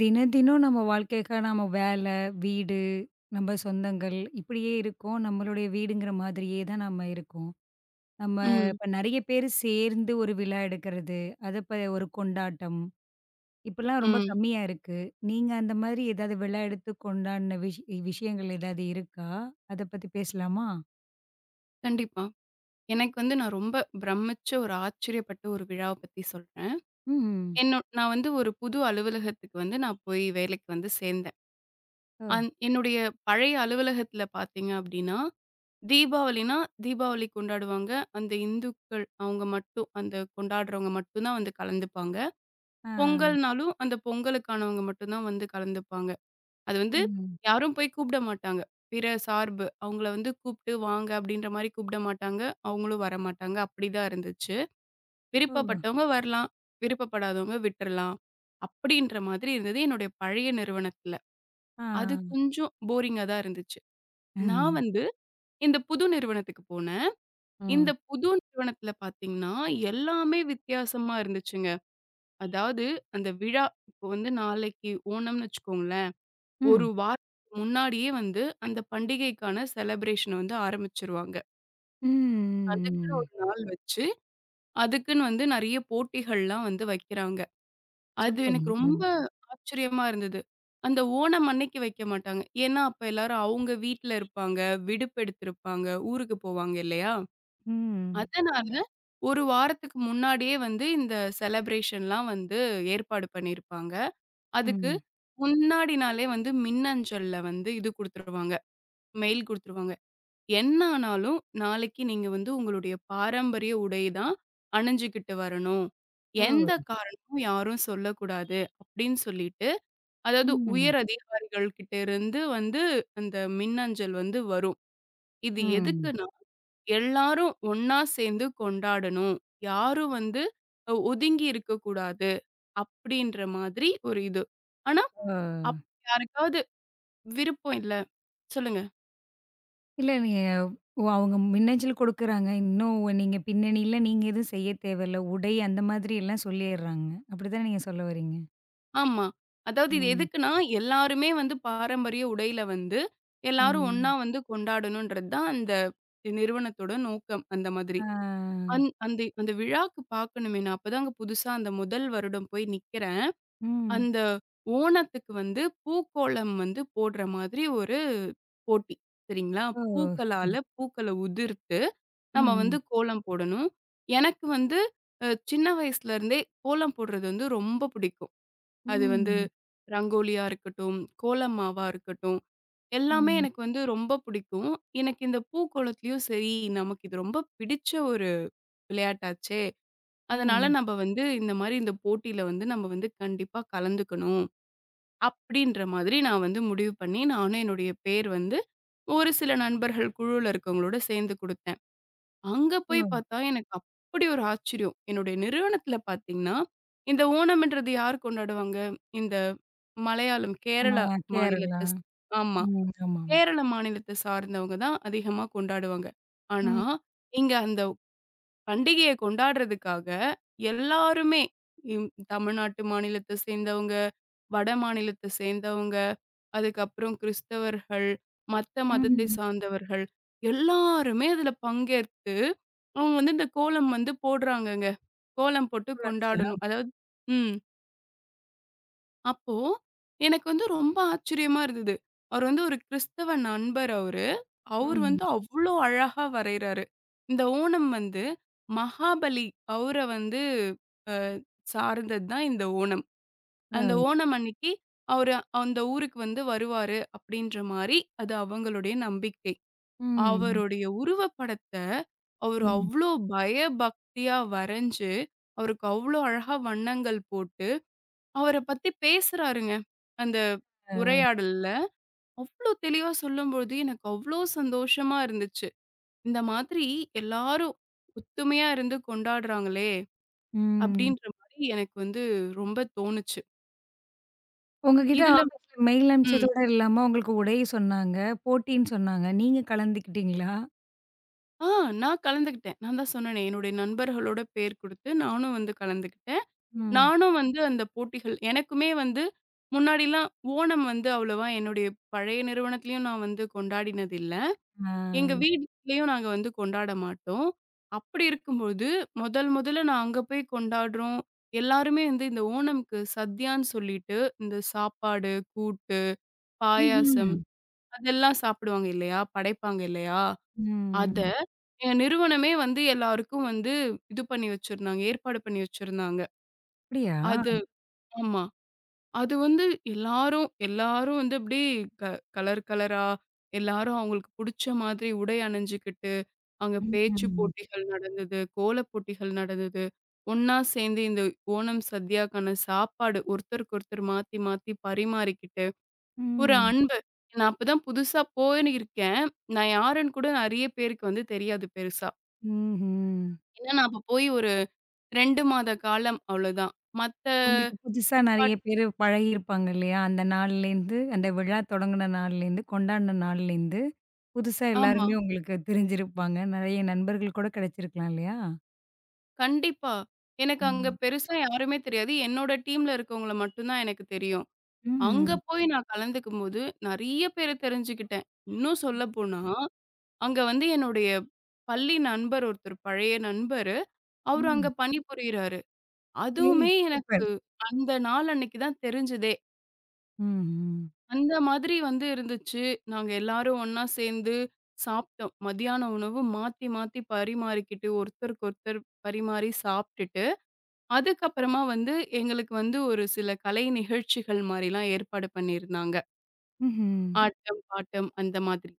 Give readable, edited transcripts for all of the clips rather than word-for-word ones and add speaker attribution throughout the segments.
Speaker 1: தினம் தினம் நம்ம வாழ்க்கைக்காக நம்ம வேலை, வீடு, நம்ம சொந்தங்கள் இப்படியே இருக்கோம். நம்மளுடைய வீடுங்கிற மாதிரியே தான் நம்ம இருக்கோம். நம்ம
Speaker 2: ம்,
Speaker 1: இப்ப நெறைய பேரு சேர்ந்து ஒரு விழா எடுக்கிறது, அத ஒரு கொண்டாட்டம், இப்பலாம் ரொம்ப
Speaker 2: ம்.
Speaker 1: கம்மியா இருக்கு. நீங்க அந்த மாதிரி ஏதாவது விழா எடுத்து கொண்டாடின விஷயங்கள் ஏதாவது இருக்கா? அத பத்தி பேசலாமா?
Speaker 2: கண்டிப்பா. எனக்கு வந்து நான் ரொம்ப பிரமிச்ச ஒரு ஆச்சரியப்பட்ட ஒரு விழாவ பத்தி சொல்றேன்.
Speaker 1: ம்.
Speaker 2: நான் வந்து ஒரு புது அலுவலகத்துக்கு வந்து நான் போய் வேலைக்கு வந்து சேர்ந்தேன்.
Speaker 1: ஓ!
Speaker 2: என்னுடைய பழைய அலுவலகத்துல பார்த்தீங்க அப்டின்னா, தீபாவளினா தீபாவளி கொண்டாடுவாங்க. அந்த இந்துக்கள் அவங்க மட்டும் அந்த கொண்டாடுறவங்க மட்டும் தான் வந்து கலந்துப்பாங்க.
Speaker 1: ஆ.
Speaker 2: பொங்கல்னாலும் அந்த பொங்கலுக்கானவங்க மட்டும் தான் வந்து கலந்துப்பாங்க. அது வந்து
Speaker 1: ம்.
Speaker 2: யாரும் போய் கூப்பிட மாட்டாங்க. பிற சார்பு. அவங்கள வந்து கூப்ட்டு வாங்க அப்படின்ற மாரி கூப்பிட மாட்டாங்க. அவங்களும் வரமாட்டாங்க. அப்படிதான் இருந்துச்சு.
Speaker 1: ஓ!
Speaker 2: விருப்பப்பட்டவங்க வரலாம். விருப்பப்படாதவங்க விட்டுறலாம். அப்படின்ற மாதிரி இருந்தது என்னுடைய பழைய நிறுவனத்துல.
Speaker 1: ஆ.
Speaker 2: அது கொஞ்சம் போரிங்கா தான் இருந்துச்சு. நான்
Speaker 1: ம்.
Speaker 2: வந்து இந்த புது நிறுவனத்துக்கு போனேன். இந்த
Speaker 1: ம்.
Speaker 2: புது நிறுவனத்துல பார்த்தீங்கன்னா, எல்லாமே வித்தியாசமா இருந்துச்சுங்க. அதாவது அந்த விழா இப்போ வந்து நாளைக்கு ஓணம்னு வச்சுக்கோங்களேன்.
Speaker 1: ம்.
Speaker 2: ஒரு
Speaker 1: ம்.
Speaker 2: வாரத்துக்கு முன்னாடியே வந்து அந்த பண்டிகைக்கான செலப்ரேஷன வந்து ஆரம்பிச்சுருவாங்க. அதுக்குன்னு
Speaker 1: ம்.
Speaker 2: ஒரு நாள் வச்சு, அதுக்குன்னு வந்து நெறைய போட்டிகள்லாம் வந்து வைக்கிறாங்க. அது எனக்கு
Speaker 1: சூப்பருங்க.
Speaker 2: ரொம்ப
Speaker 1: ம்.
Speaker 2: ஆச்சரியமா இருந்தது. அந்த ஓணம் அன்னைக்கு வைக்க மாட்டாங்க. ஏன்னா, அப்ப எல்லாரும் அவங்க வீட்ல இருப்பாங்க, விடுப்பு எடுத்திருப்பாங்க, ஊருக்கு போவாங்க இல்லையா?
Speaker 1: ம்.
Speaker 2: அதனால ஒரு வாரத்துக்கு முன்னாடியே வந்து இந்த செலப்ரேஷன்லாம் வந்து ஏற்பாடு பண்ணியிருப்பாங்க. அதுக்கு
Speaker 1: ம்.
Speaker 2: முன்னாடி நாளே வந்து மின்னஞ்சல்ல வந்து இது குடுத்துருவாங்க, மெயில் குடுத்துருவாங்க. என்ன ஆனாலும், நாளைக்கு நீங்க வந்து உங்களுடைய பாரம்பரிய உடை தான் அணிஞ்சுகிட்டு வரணும். எந்த
Speaker 1: ஓ!
Speaker 2: காரணமும் யாரும் சொல்லக்கூடாது அப்படின்னு சொல்லிட்டு, அதாவது
Speaker 1: ம்.
Speaker 2: உயர் அதிகாரிகள் கிட்ட இருந்து வந்து அந்த மின்னஞ்சல் வந்து வரும். இது
Speaker 1: ம்.
Speaker 2: எதுக்குன்னா, எல்லாரும் ஒண்ணா சேர்ந்து கொண்டாடணும். யாரும் வந்து ஒதுங்கி இருக்கக்கூடாது. அப்படின்ற மாதிரி ஒரு இது. ஆனா,
Speaker 1: ஆ.
Speaker 2: அப்படி யாருக்காவது விருப்பம் இல்ல. சொல்லுங்க.
Speaker 1: இல்ல நீங்க ஓ! அவங்க மின்னஞ்சல் குடுக்குறாங்க. இன்னும் நீங்க பின்னணியில எதுவும் செய்ய தேவையில்ல. உடை அந்த மாதிரி எல்லாம் சொல்லிர்றாங்க. அப்படித்தானே நீங்க சொல்ல வரீங்க?
Speaker 2: ஆமா. அதாவது இது
Speaker 1: ம்.
Speaker 2: எதுக்குன்னா, எல்லாருமே வந்து பாரம்பரிய உடையில வந்து, எல்லாரும் ஒண்ணா
Speaker 1: ம்.
Speaker 2: வந்து கொண்டாடணுன்றது தான் அந்த நிறுவனத்தோட நோக்கம், அந்த மாதிரி.
Speaker 1: ஆ.
Speaker 2: அந்த விழாக்கு பார்க்கணுமே, நான் அப்ப தாங்க புதுசா அந்த முதல் வருடம் போய் நிக்கிறேன்.
Speaker 1: ம்.
Speaker 2: அந்த ஓணத்துக்கு வந்து பூக்கோலம் வந்து போடுற மாதிரி ஒரு போட்டி. சரிங்களா?
Speaker 1: ஓ!
Speaker 2: பூக்களால
Speaker 1: சூப்பர்.
Speaker 2: பூக்கள உதிர்த்து, நம்ம
Speaker 1: ம்.
Speaker 2: வந்து கோலம் போடணும். எனக்கு வந்து சின்ன வயசுல இருந்தே கோலம் போடுறது வந்து ரொம்ப பிடிக்கும். அது வந்து
Speaker 1: ம்.
Speaker 2: ரங்கோலியா இருக்கட்டும், கோலமாவா இருக்கட்டும், எல்லாமே
Speaker 1: ம்.
Speaker 2: எனக்கு வந்து ரொம்ப பிடிக்கும். எனக்கு இந்த பூக்கோளத்துலயும் சரி, நமக்கு இது ரொம்ப பிடிச்ச ஒரு விளையாட்டாச்சே! அதனால
Speaker 1: ம்.
Speaker 2: நம்ப வந்து இந்த மாரி இந்த போட்டியில வந்து நம்ம வந்து கண்டிப்பா கலந்துக்கணும். அப்பிடின்ற மாதிரி நான் வந்து முடிவு பண்ணி, நானும் என்னுடைய பேர் வந்து ஒரு சில நண்பர்கள் குழுவுல இருக்கவங்களோட சேர்ந்து குடுத்தேன். அங்க
Speaker 1: ஓ!
Speaker 2: போய் பார்த்தா எனக்கு அப்படி ஒரு ஆச்சரியம். என்னுடைய நிறுவனத்தில பார்த்தீங்கன்னா, இந்த ஓணம்ன்றது யார் கொண்டாடுவாங்க? இந்த மலையாளம்,
Speaker 1: ம
Speaker 2: கேரளா
Speaker 1: கேரளா.
Speaker 2: மாநிலத்த ஆமா.
Speaker 1: ம். ஆமாமா.
Speaker 2: கேரள மாநிலத்த சார்ந்தவங்க தான் அதிகமா கொண்டாடுவாங்க. ஆனா,
Speaker 1: ம்.
Speaker 2: இங்க அந்த பண்டிகைய கொண்டாடுறதுக்காக எல்லாருமே, இம் தமிழ்நாட்டு மாநிலத்த சேர்ந்தவங்க, வட மாநிலத்த சேர்ந்தவங்க, அதுக்கப்புறம் கிறிஸ்தவர்கள், மத்த மதத்தை
Speaker 1: ம்.
Speaker 2: சார்ந்தவர்கள், எல்லாருமே அதுல பங்கேற்த்து, அவங்க வந்து இந்த கோலம் வந்து போடுறாங்கங்க. கோலம் போட்டு
Speaker 1: சூப்பரா இருந்துச்சா?
Speaker 2: கொண்டாடணும். அதாவது ம். அப்போ எனக்கு வந்து ரொம்ப ஆச்சரியமா இருந்தது. அவர் வந்து ஒரு கிறிஸ்தவ நண்பர் அவரு. அவரு
Speaker 1: ம்.
Speaker 2: வந்து அவ்ளோ அழகா வரையறாரு. இந்த ஓணம் வந்து மகாபலி அவர வந்து அ சார்ந்தது தான் இந்த ஓணம்.
Speaker 1: ஆ.
Speaker 2: அந்த ஓணம் அன்னைக்கு அவரு அந்த ஊருக்கு வந்து வருவாரு அப்படின்ற மாரி அது அவங்களுடைய நம்பிக்கை.
Speaker 1: ம்.
Speaker 2: அவருடைய உருவப்படத்த அவரு
Speaker 1: ம்.
Speaker 2: அவ்ளோ பயபக்தியா வரைஞ்சு, அவருக்கு அவ்ளோ அழகா வண்ணங்கள் போட்டு, அவர பத்தி பேசுறாருங்க. அந்த
Speaker 1: ஆ.
Speaker 2: உரையாடல்ல. அவ்ளோ தெளிவா சொல்லும்பொழுது எனக்கு அவ்ளோ சந்தோஷமா இருந்துச்சு. இந்த மாதிரி எல்லாரும் ஒத்துமையா இருந்து கொண்டாடுறாங்களே!
Speaker 1: ம்.
Speaker 2: அப்டின்ற மாரி எனக்கு வந்து ரொம்ப தோணுச்சு.
Speaker 1: உங்ககிட்ட
Speaker 2: இதுல
Speaker 1: ஆஃபீஸ்ல மெயில்
Speaker 2: ம்.
Speaker 1: அனுப்பிச்சதோட இல்லாம, உங்களுக்கு உடை சொன்னாங்க, போட்டின்னு சொன்னாங்க. நீங்க கலந்துக்கிட்டீங்களா?
Speaker 2: ஆ நான் கலந்துக்கிட்டேன். நான் தான் சொன்னேனே, என்னுடைய நண்பர்களோட பேர் குடுத்து நானும் வந்து கலந்துக்கிட்டேன்.
Speaker 1: ம்.
Speaker 2: நானும் வந்து அந்த போட்டிகள் எனக்குமே வந்து முன்னாடிலாம் ஓணம் வந்து அவ்வளவா என்னுடைய பழைய நிறுவனத்திலயும் நான் வந்து கொண்டாடினது இல்ல.
Speaker 1: ஆ.
Speaker 2: எங்க வீட்லயும் நாங்க வந்து கொண்டாட மாட்டோம். அப்படி இருக்கும்போது, முதல் முதல்ல நான் அங்க போய் கொண்டாடுறோம். எல்லாருமே வந்து இந்த ஓணம்க்கு சத்யான்னு சொல்லிட்டு, இந்த சாப்பாடு, கூட்டு,
Speaker 1: ம்ஹ்ம்.
Speaker 2: பாயாசம் அதெல்லாம் சாப்பிடுவாங்க இல்லையா? படைப்பாங்க இல்லையா? அத
Speaker 1: ம்.
Speaker 2: என் நிறுவனமே வந்து எல்லாருக்கும் வந்து இது பண்ணி வச்சிருந்தாங்க. ஏற்பாடு பண்ணி வச்சிருந்தாங்க.
Speaker 1: அப்படியா?
Speaker 2: அது ஆமா. அது வந்து எல்லாரும் எல்லாரும் வந்து அப்படியே க கலர் கலரா எல்லாரும் அவங்களுக்கு புடிச்ச மாதிரி உடை அணிஞ்சுக்கிட்டு அங்க பேச்சு
Speaker 1: ம்.
Speaker 2: போட்டிகள் நடந்தது, கோலப் போட்டிகள் நடந்தது. ஒண்ணா சேர்ந்து இந்த ஓணம் சத்யாக்கான சாப்பாடு ஒருத்தருக்கு ஒருத்தர் மாத்தி மாத்தி பரிமாறிக்கிட்டு, ஒரு
Speaker 1: ம்.
Speaker 2: அன்பு. நான் அப்பதான் புதுசா போயிருக்கேன். நான் யாருன்னு கூட நிறைய பேருக்கு வந்து தெரியாது பெருசா.
Speaker 1: ம்ஹ்ம்.
Speaker 2: ஏன்னா நான் அப்ப போய் ஒரு 2 மாத காலம் அவ்வளோதான். மத்த
Speaker 1: உங்களுக்கு புதுசா நெறைய
Speaker 2: டிபார்ட்
Speaker 1: பேரு பழகியிருப்பாங்க இல்லையா? அந்த நாள்லேருந்து, அந்த விழா தொடங்குன நாள்லேருந்து, கொண்டாடின நாள்லேருந்து, புதுசா
Speaker 2: ஆமா.
Speaker 1: எல்லாருமே உங்களுக்கு தெரிஞ்சிருப்பாங்க. நெறைய நண்பர்கள் கூட கிடைச்சிருக்கலாம் இல்லையா?
Speaker 2: கண்டிப்பா. எனக்கு அங்க
Speaker 1: ம்.
Speaker 2: பெருசா யாருமே தெரியாது. என்னோட டீம்ல இருக்கவங்கள மட்டும் தான் எனக்கு தெரியும். அங்க
Speaker 1: ம்.
Speaker 2: போய் நான் கலந்துக்கும்போது, நெறைய பேர தெரிஞ்சுக்கிட்டேன். இன்னும் சொல்லப்போனா, அங்க வந்து என்னுடைய பள்ளி நண்பர் ஒருத்தர், பழைய நண்பரு. அவரு அங்க
Speaker 1: ம்.
Speaker 2: பணிபுரியிறாரு.
Speaker 1: ஏய்!
Speaker 2: அதுவுமே
Speaker 1: சூப்பர்.
Speaker 2: எனக்கு அந்த நாள் அன்னைக்கு தான் தெரிஞ்சதே.
Speaker 1: ம்ஹ்ம்.
Speaker 2: அந்த மாதிரி வந்து இருந்துச்சு. நாங்க எல்லாரும் ஒண்ணா சேர்ந்து சாப்ட்டோம். மதியான உணவு மாத்தி மாத்தி பரிமாறிக்கிட்டு, ஒருத்தருக்கு ஒருத்தர் பரிமாறி சாப்ட்டுட்டு, அதுக்கப்புறமா வந்து எங்களுக்கு வந்து ஒரு சில கலை நிகழ்ச்சிகள் மாரிலாம் ஏற்பாடு பண்ணியிருந்தாங்க.
Speaker 1: ம்ஹ்ம்.
Speaker 2: ஆட்டம், பாட்டம் அந்த மாதிரி.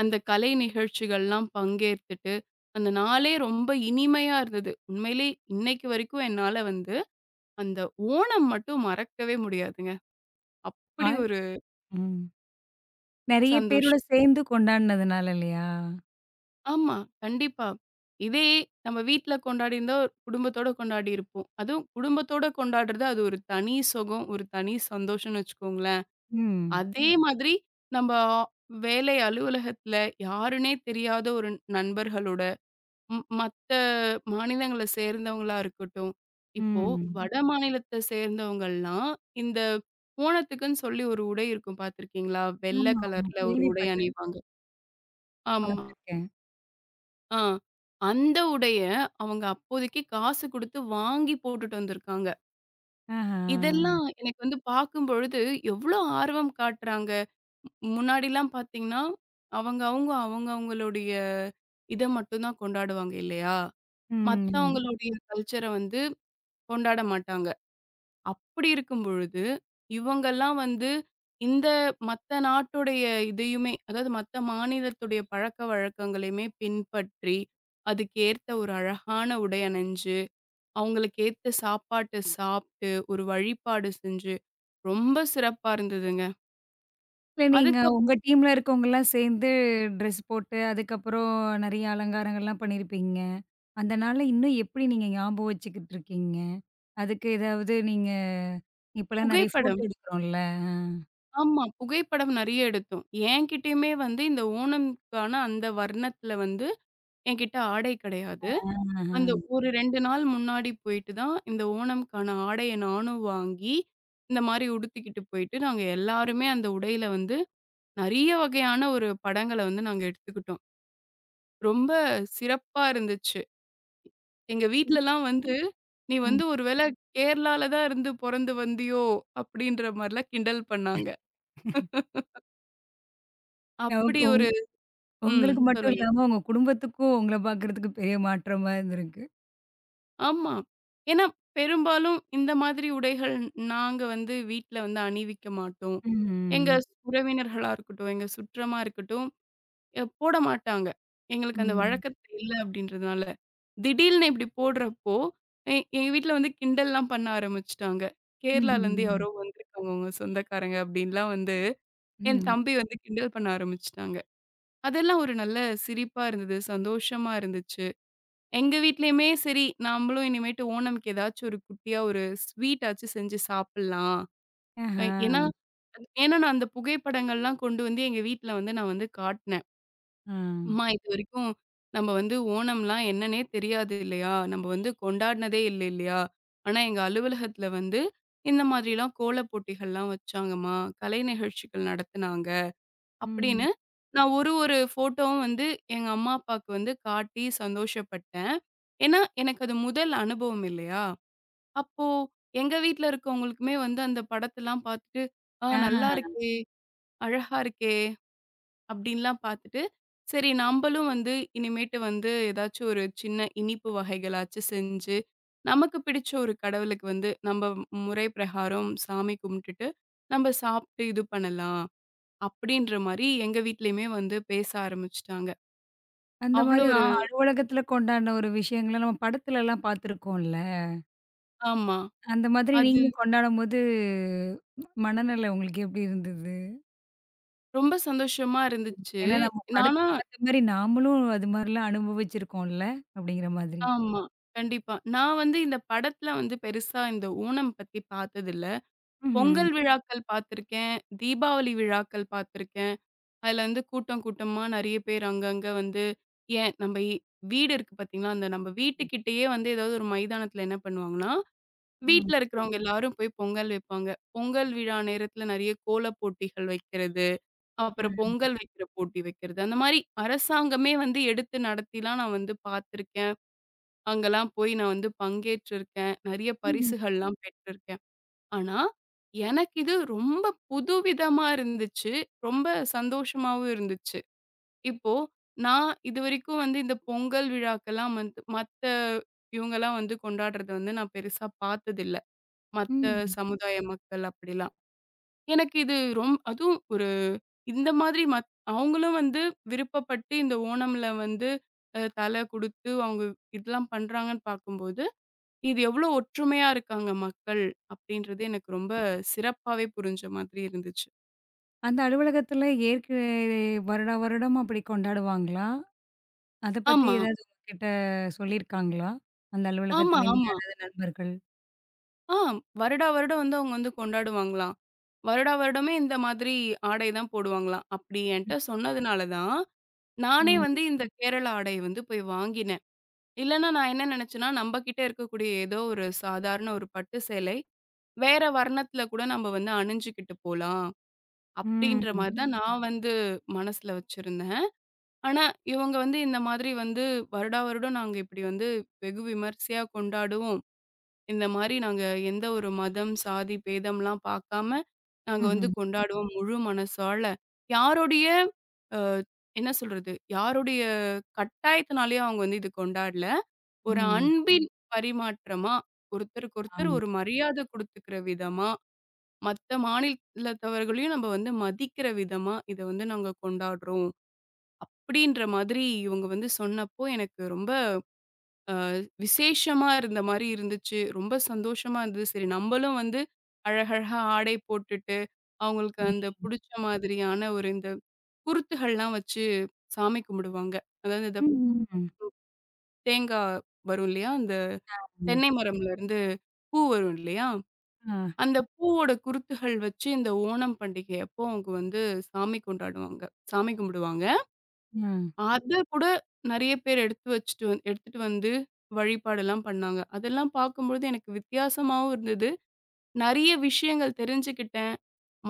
Speaker 2: அந்த கலை நிகழ்ச்சிகள்லாம் பங்கேத்துட்டு, அந்த நாளே ரொம்ப இனிமையா இருந்தது. உண்மையிலே இன்னைக்கு வரைக்கும் என்னால வந்து, அந்த ஓணம் மட்டும் மறக்கவே முடியாதுங்க.
Speaker 1: ஆ
Speaker 2: அப்படி ஒரு
Speaker 1: ம். நெறைய பேரோட
Speaker 2: சந்தோஷம்.
Speaker 1: சேர்ந்து கொண்டாடுனதுனால இல்லையா?
Speaker 2: ஆமா, கண்டிப்பா. இதே நம்ம வீட்ல கொண்டாடியிருந்தா, குடும்பத்தோட கொண்டாடியிருப்போம். அதுவும் குடும்பத்தோட கொண்டாடுறது, அது ஒரு தனி சுகம், ஒரு தனி சந்தோஷம்ன்னு வச்சுக்கோங்களேன்.
Speaker 1: ம்.
Speaker 2: அதே மாதிரி, நம்ப வேலை அலுவலகத்துல யாருன்னே தெரியாத ஒரு நண்பர்களோட மத்த மாநிலங்கள சேர்ந்தவங்களா இருக்கட்டும். இப்போ
Speaker 1: ம்.
Speaker 2: வட மாநிலத்த சேர்ந்தவங்கலாம், இந்த ஓணத்துக்குன்னு சொல்லி ஒரு உடை இருக்கும் பார்த்துருக்கீங்களா? வெள்ள
Speaker 1: ஆமா, ஆமா.
Speaker 2: கலர்ல ஆமா. ஒரு உடை
Speaker 1: கேள்விப்பட்டுருக்கேன்.
Speaker 2: அணிவாங்க. ஆமா.
Speaker 1: பார்த்துருக்கேன்.
Speaker 2: ஆ. அந்த உடைய அவங்க அப்போதைக்கு காசு குடுத்து வாங்கி போட்டுட்டு வந்திருக்காங்க.
Speaker 1: ஆஹா.
Speaker 2: இதெல்லாம் எனக்கு வந்து பார்க்கும்பொழுது எவ்ளோ ஆர்வம் காட்டுறாங்க. முன்னாடிலாம் பார்த்தீங்கன்னா, அவங்க அவங்க அவங்க அவங்களுடைய இத மட்டும் தான் கொண்டாடுவாங்க இல்லையா? ம்.
Speaker 1: ம்.
Speaker 2: மத்தவங்களுடைய கல்ச்சர வந்து கொண்டாட மாட்டாங்க. அப்படி இருக்கும் பொழுது, இவங்கலாம் வந்து இந்த மத்த நாட்டுடைய இதையுமே, அதாவது மத்த மாநிலத்துடைய பழக்கவழக்கங்களையுமே பின்பற்றி, அதுக்கேத்த ஒரு அழகான உடை அணிஞ்சு, அவங்களுக்கு ஏத்த சாப்பாட்ட சாப்ட்டு, ஒரு வழிபாடு செஞ்சு, ரொம்ப சிறப்பா இருந்ததுங்க.
Speaker 1: இல்ல நீங்க
Speaker 2: அதுக்கப்
Speaker 1: உங்க டீம்ல இருக்கவங்கலாம் சேர்ந்து ட்ரெஸ் போட்டு, அதுக்கப்புறம் நெறைய அலங்காரங்கள்லாம் பண்ணியிருப்பீங்க. அந்த நாள இன்னும் எப்படி நீங்க ஞாபகம் வச்சுக்கிட்டு இருக்கீங்க? அதுக்கு ஏதாவது நீங்க இப்பலாம் நெறைய ஃபோட்டோ
Speaker 2: புகைப்படம்
Speaker 1: எடுக்கிறோம்ல. ஆ.
Speaker 2: ஆமா. புகைப்படம் நெறைய எடுத்தோம். என்கிட்டயுமே வந்து இந்த ஓணம்க்கான அந்த வர்ணத்துல வந்து என்கிட்ட ஆடை கிடையாது.
Speaker 1: ஆஹா.
Speaker 2: அந்த ஒரு 2 நாள் முன்னாடி போயிட்டு தான், இந்த ஓணம்க்கான ஆடைய நானும் வாங்கி, இந்த மாரி உடுத்திக்கிட்டு போயிட்டு, நாங்க எல்லாருமே அந்த உடையில வந்து நெறைய வகையான ஒரு படங்கள வந்து நாங்க எடுத்துக்கிட்டோம். ரொம்ப சிறப்பா இருந்துச்சு. எங்க
Speaker 1: இது
Speaker 2: வீட்லலாம் வந்து, "நீ
Speaker 1: ம்.
Speaker 2: வந்து ஒரு வேள கேரளால தான் இருந்து பொறந்து வந்தியோ?" அப்படின்ற மாரிலாம் கிண்டல் பண்ணாங்க.
Speaker 1: உங்
Speaker 2: அப்படி
Speaker 1: உங்
Speaker 2: ஒரு
Speaker 1: உங்களுக்கு மட்டும்
Speaker 2: சொல்லுங்க.
Speaker 1: இல்லாம உங்க குடும்பத்துக்கும் உங்கள பார்க்கறதுக்கு பெரிய மாற்றமா இருந்திருக்கு.
Speaker 2: ஆமா. ஏன்னா, பெரும்பாலும் இந்த மாதிரி உடைகள் நாங்க வந்து வீட்ல வந்து அணிவிக்க மாட்டோம். எங்க
Speaker 1: హ్మ్.
Speaker 2: உறவினர்களா இருக்கட்டும், எங்க சுற்றமா இருக்கட்டும், போட மாட்டாங்க. எங்களுக்கு அந்த
Speaker 1: హ్మ్.
Speaker 2: வழக்கத்துல இல்ல அப்படின்றதுனால. திடீல்னு இப்படி போடுறப்போ, எங்க வீட்ல வந்து கிண்டல்லாம் பண்ண ஆரம்பிச்சுட்டாங்க. கேரளாலேருந்து
Speaker 1: ம்ஹ்ம்.
Speaker 2: யாரோ வந்திருக்காங்க உங்க சொந்தக்காரங்க அப்படின்லாம் வந்து என்
Speaker 1: ம்.
Speaker 2: தம்பி வந்து கிண்டல் பண்ண ஆரம்பிச்சுட்டாங்க. அதெல்லாம் ஒரு நல்ல சிரிப்பா இருந்தது, சந்தோஷமா இருந்துச்சு. எங்க வீட்லயுமே சரி, நம்மளும் இனிமேட்டு ஓணம்க்கு ஏதாச்சும் ஒரு குட்டியா ஒரு ஸ்வீட் ஆச்சும் செஞ்சு சாப்பிடலாம். அ
Speaker 1: ஆஹா!
Speaker 2: ஏன்னா ம். ஏன்னா நான் அந்த புகைப்படங்கள்லாம் கொண்டு வந்து எங்க வீட்ல வந்து நான் வந்து காட்னேன்.
Speaker 1: ஆ.
Speaker 2: அம்மா இதுவரைக்கும் நம்ம வந்து ஓணம்லாம் என்னன்னே தெரியாது இல்லையா? நம்ம வந்து கொண்டாடினதே இல்ல இல்லையா? ஆனா எங்க அலுவலகத்துல வந்து இந்த மாதிரிலாம் கோல போட்டிகள்லாம் வச்சாங்கம்மா. கலை நிகழ்ச்சிகள் நடத்துனாங்க.
Speaker 1: ம்.
Speaker 2: அப்படின்னு, நான் ஒரு ஒரு ஃபோட்டோவும் வந்து எங்க அம்மா, அப்பாவுக்கு வந்து காட்டி சந்தோஷப்பட்டேன். ஏன்னா, எனக்கு அது முதல் அனுபவம் இல்லையா? அப்போ எங்க வீட்ல இருக்கவங்களுக்குமே வந்து அந்த படத்தெல்லாம் பார்த்துட்டு, "ஆ
Speaker 1: ஆ.
Speaker 2: நல்லா இருக்கே! அழகா இருக்கே!" அப்படின்லாம் பார்த்துட்டு, சரி நம்பளும் வந்து இனிமேட்டு வந்து ஏதாச்சும் ஒரு சின்ன இனிப்பு வகைகளாச்சும் செஞ்சு, நமக்கு பிடிச்ச ஒரு கடவுளுக்கு வந்து நம்ப முறை பிரகாரம் சாமி கும்பிட்டுட்டு, நம்ப சாப்பிட்டு இது பண்ணலாம். அப்படின்ற மாரி எங்க வீட்லயுமே வந்து பேச ஆரம்பிச்சுட்டாங்க.
Speaker 1: அந்த
Speaker 2: அவ்ளோ
Speaker 1: மாரி அ
Speaker 2: ஒரு
Speaker 1: அலுவலகத்துல கொண்டாடின ஒரு விஷயங்கள நம்ம படத்துலலாம் பார்த்துருக்கோம்ல.
Speaker 2: ஆமா.
Speaker 1: அந்த மாதிரி
Speaker 2: அது
Speaker 1: நீங்களும் கொண்டாடும்போது மனநிலை உங்களுக்கு எப்படி இருந்தது?
Speaker 2: ரொம்ப சந்தோஷமா இருந்துச்சு.
Speaker 1: ஏன்னா நம்ம
Speaker 2: நானா
Speaker 1: படத்துல பார்த்த மாரி நாமளும் அது மாரிலாம் அனுபவிச்சிருக்கோம்ல, அப்படிங்கிற மாதிரி.
Speaker 2: ஆமா. கண்டிப்பா. நான் வந்து இந்த படத்துல வந்து பெருசா இந்த ஓணம் பத்தி பார்த்ததில்ல.
Speaker 1: ம்ஹ்ம்.
Speaker 2: பொங்கல் விழாக்கள் பார்த்துருக்கேன். தீபாவளி விழாக்கள் பார்த்துருக்கேன். அதுல வந்து கூட்டம் கூட்டமா நெறைய பேர் அங்கங்க வந்து ஏன் நம்ம வீடு இருக்கு பார்த்தீங்களா? அந்த நம்ம வீட்டுக்கிட்டயே வந்து ஏதாவது ஒரு மைதானத்துல என்ன பண்ணுவாங்கன்னா,
Speaker 1: ம்.
Speaker 2: வீட்ல இருக்கிறவங்க எல்லாரும் போய் பொங்கல் வைப்பாங்க. பொங்கல் விழா நேரத்துல நெறைய கோலப் போட்டிகள் வைக்கிறது, அப்புறம்
Speaker 1: அ.
Speaker 2: பொங்கல் வைக்கிற போட்டி வைக்கிறது. அந்த மாரி அரசாங்கமே வந்து எடுத்து நடத்திலாம் நான் வந்து பார்த்துருக்கேன். அங்கலாம் போய் நான் வந்து பங்கேற்றிருக்கேன். நெறைய
Speaker 1: ம்ஹ்ம்.
Speaker 2: பரிசுகள்லாம் பெற்றிருக்கேன். ஆனா, எனக்கு இது ரொம்ப புதுவிதமா இருந்துச்சு. ரொம்ப சந்தோஷமாவும் இருந்துச்சு. இப்போ நான் இதுவரைக்கும் வந்து இந்த பொங்கல் விழாக்கெல்லாம் வந்து மத்த இவங்கலாம் வந்து கொண்டாடுறத வந்து நான் பெருசா பார்த்ததில்ல. மத்த
Speaker 1: ம்.
Speaker 2: சமுதாய மக்கள் அப்படிலாம். எனக்கு இது அதுவும் ஒரு இந்த மாதிரி அவங்களும் வந்து விருப்பப்பட்டு இந்த ஓணம்ல வந்து தலை குடுத்து அவங்க இதெல்லாம் பண்றாங்கன்னு பார்க்கும்போது, இது எவ்வளோ ஒற்றுமையா இருக்காங்க மக்கள் அப்படின்றது எனக்கு ரொம்ப சிறப்பாவே புரிஞ்ச மாதிரி இருந்துச்சு.
Speaker 1: அந்த அலுவலகத்துல ஏற்க வருடா வருடம் அப்படி கொண்டாடுவாங்களா? அத பத்தி
Speaker 2: ஆமா,
Speaker 1: ஏதாவது உங்ககிட்ட சொல்லியிருக்காங்களா? அந்த
Speaker 2: ஆமா,
Speaker 1: அலுவலகத்திலேருந்து
Speaker 2: ஆமா.
Speaker 1: யாராவது நண்பர்கள்?
Speaker 2: ஆ வருடா வருடம் வந்து அவங்க வந்து கொண்டாடுவாங்களாம். வருடா வருடமே இந்த மாதிரி ஆடை தான் போடுவாங்களாம். அப்படி என்ட்ட சொன்னதுனால தான், நானே
Speaker 1: ம்.
Speaker 2: வந்து இந்த கேரளா ஆடைய வந்து போய் வாங்கினேன். இல்லன்னா நான் என்ன நினைச்சேன்னா, நம்ம கிட்ட இருக்கக்கூடிய ஏதோ ஒரு சாதாரண ஒரு பட்டு சேலை, வேற வர்ணத்துல கூட நம்ம வந்து அணிஞ்சுகிட்டு போலாம். அப்படின்ற
Speaker 1: ம்.
Speaker 2: மாரி தான் ம். நான் வந்து மனசுல வச்சிருந்தேன். ஆனா, இவங்க வந்து இந்த மாதிரி வந்து வருடா வருடம் நாங்க இப்படி வந்து வெகு விமர்சையா கொண்டாடுவோம். இந்த மாரி நாங்க எந்த ஒரு மதம், சாதி, பேதம்லாம் பார்க்காம நாங்க வந்து
Speaker 1: ம்ஹ்ம்.
Speaker 2: கொண்டாடுவோம் முழு மனசால. யாருடைய அ என்ன சொல்றது? யாருடைய கட்டாயத்தினாலயும் அவங்க வந்து இது கொண்டாடல. ஒரு
Speaker 1: ம்.
Speaker 2: அன்பின் பரிமாற்றமா, ஒருத்தருக்கு ஒருத்தர்
Speaker 1: ஆமா.
Speaker 2: ஒரு மரியாதை குடுத்துக்கிற விதமா, மத்த மாநிலத்தவர்களையும் நம்ம வந்து மதிக்கிற விதமா, இத வந்து நாங்க கொண்டாடுறோம். அப்படின்ற மாதிரி இவங்க வந்து சொன்னப்போ, எனக்கு ரொம்ப விசேஷமா இருந்த மாரி இருந்துச்சு. ரொம்ப சந்தோஷமா இருந்தது. சரி நம்மளும் வந்து அழகழகா ஆடை போட்டுட்டு, அவங்களுக்கு
Speaker 1: ம்.
Speaker 2: அந்த புடிச்ச மாதிரியான ஒரு இந்த குருத்துகள்லாம் வச்சு சாமி கும்பிடுவாங்க. அதாவது இந்த
Speaker 1: ம். ம்.
Speaker 2: தேங்கா வரும் இல்லையா? அந்த
Speaker 1: ம்.
Speaker 2: தென்னை மரம்ல இருந்து பூ வரும் இல்லையா?
Speaker 1: ஆ.
Speaker 2: அந்த பூவோட குருத்துகள் வச்சு இந்த ஓணம் பண்டிகை அப்போ அவங்க வந்து சாமி கொண்டாடுவாங்க. சாமி கும்பிடுவாங்க.
Speaker 1: ம்.
Speaker 2: அத கூட நெறைய பேர் எடுத்து வச்சுட்டு எடுத்துட்டு வந்து வழிபாடெல்லாம் பண்ணாங்க. அதெல்லாம் பார்க்கும்பொழுது எனக்கு வித்தியாசமாவும் இருந்தது. நெறைய விஷயங்கள் தெரிஞ்சுக்கிட்டேன்.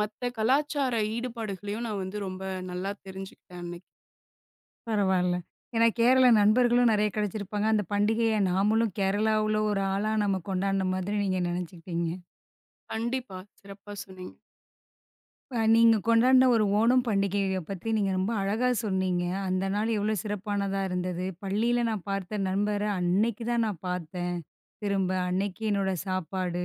Speaker 2: மத்த கலாச்சார ஈடுபாடுகளையும் நான் வந்து ரொம்ப நல்லா தெரிஞ்சுக்கிட்டேன் அன்னைக்கு.
Speaker 1: பரவால்ல. ஏன்னா கேரள நண்பர்களும் நெறைய கிடைச்சிருப்பாங்க. அந்த பண்டிகைய நாமளும் கேரளாவுல ஒரு ஆளா நம்ம கொண்டாடின மாதிரி நீங்க நெனச்சுக்கிட்டீங்க.
Speaker 2: கண்டிப்பா. சிறப்பா சொன்னீங்க.
Speaker 1: அ நீங்க கொண்டாடின ஒரு ஓணம் பண்டிகைய பத்தி நீங்க ரொம்ப அழகா சொன்னீங்க. அந்த நாள் எவ்வளோ சிறப்பானதா இருந்தது. பள்ளியில நான் பார்த்த நண்பர அன்னைக்கு தான் நான் பார்த்தேன். திரும்ப அன்னைக்கு என்னோட சாப்பாடு,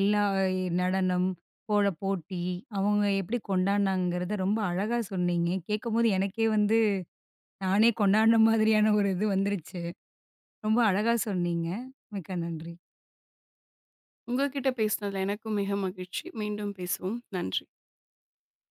Speaker 1: எல்லா நடனம், போட்டி, அவங்க எப்படி கொண்டாடினாங்கிறத ரொம்ப அழகா சொன்னீங்க. கேட்கும்போது எனக்கே வந்து நானே கொண்டாடின மாதிரியான ஒரு இது வந்துருச்சு. ரொம்ப அழகா சொன்னீங்க. மிக்க நன்றி.
Speaker 2: உங்க கிட்ட பேசினதுல எனக்கும் மிக மகிழ்ச்சி. மீண்டும் பேசுவோம். நன்றி.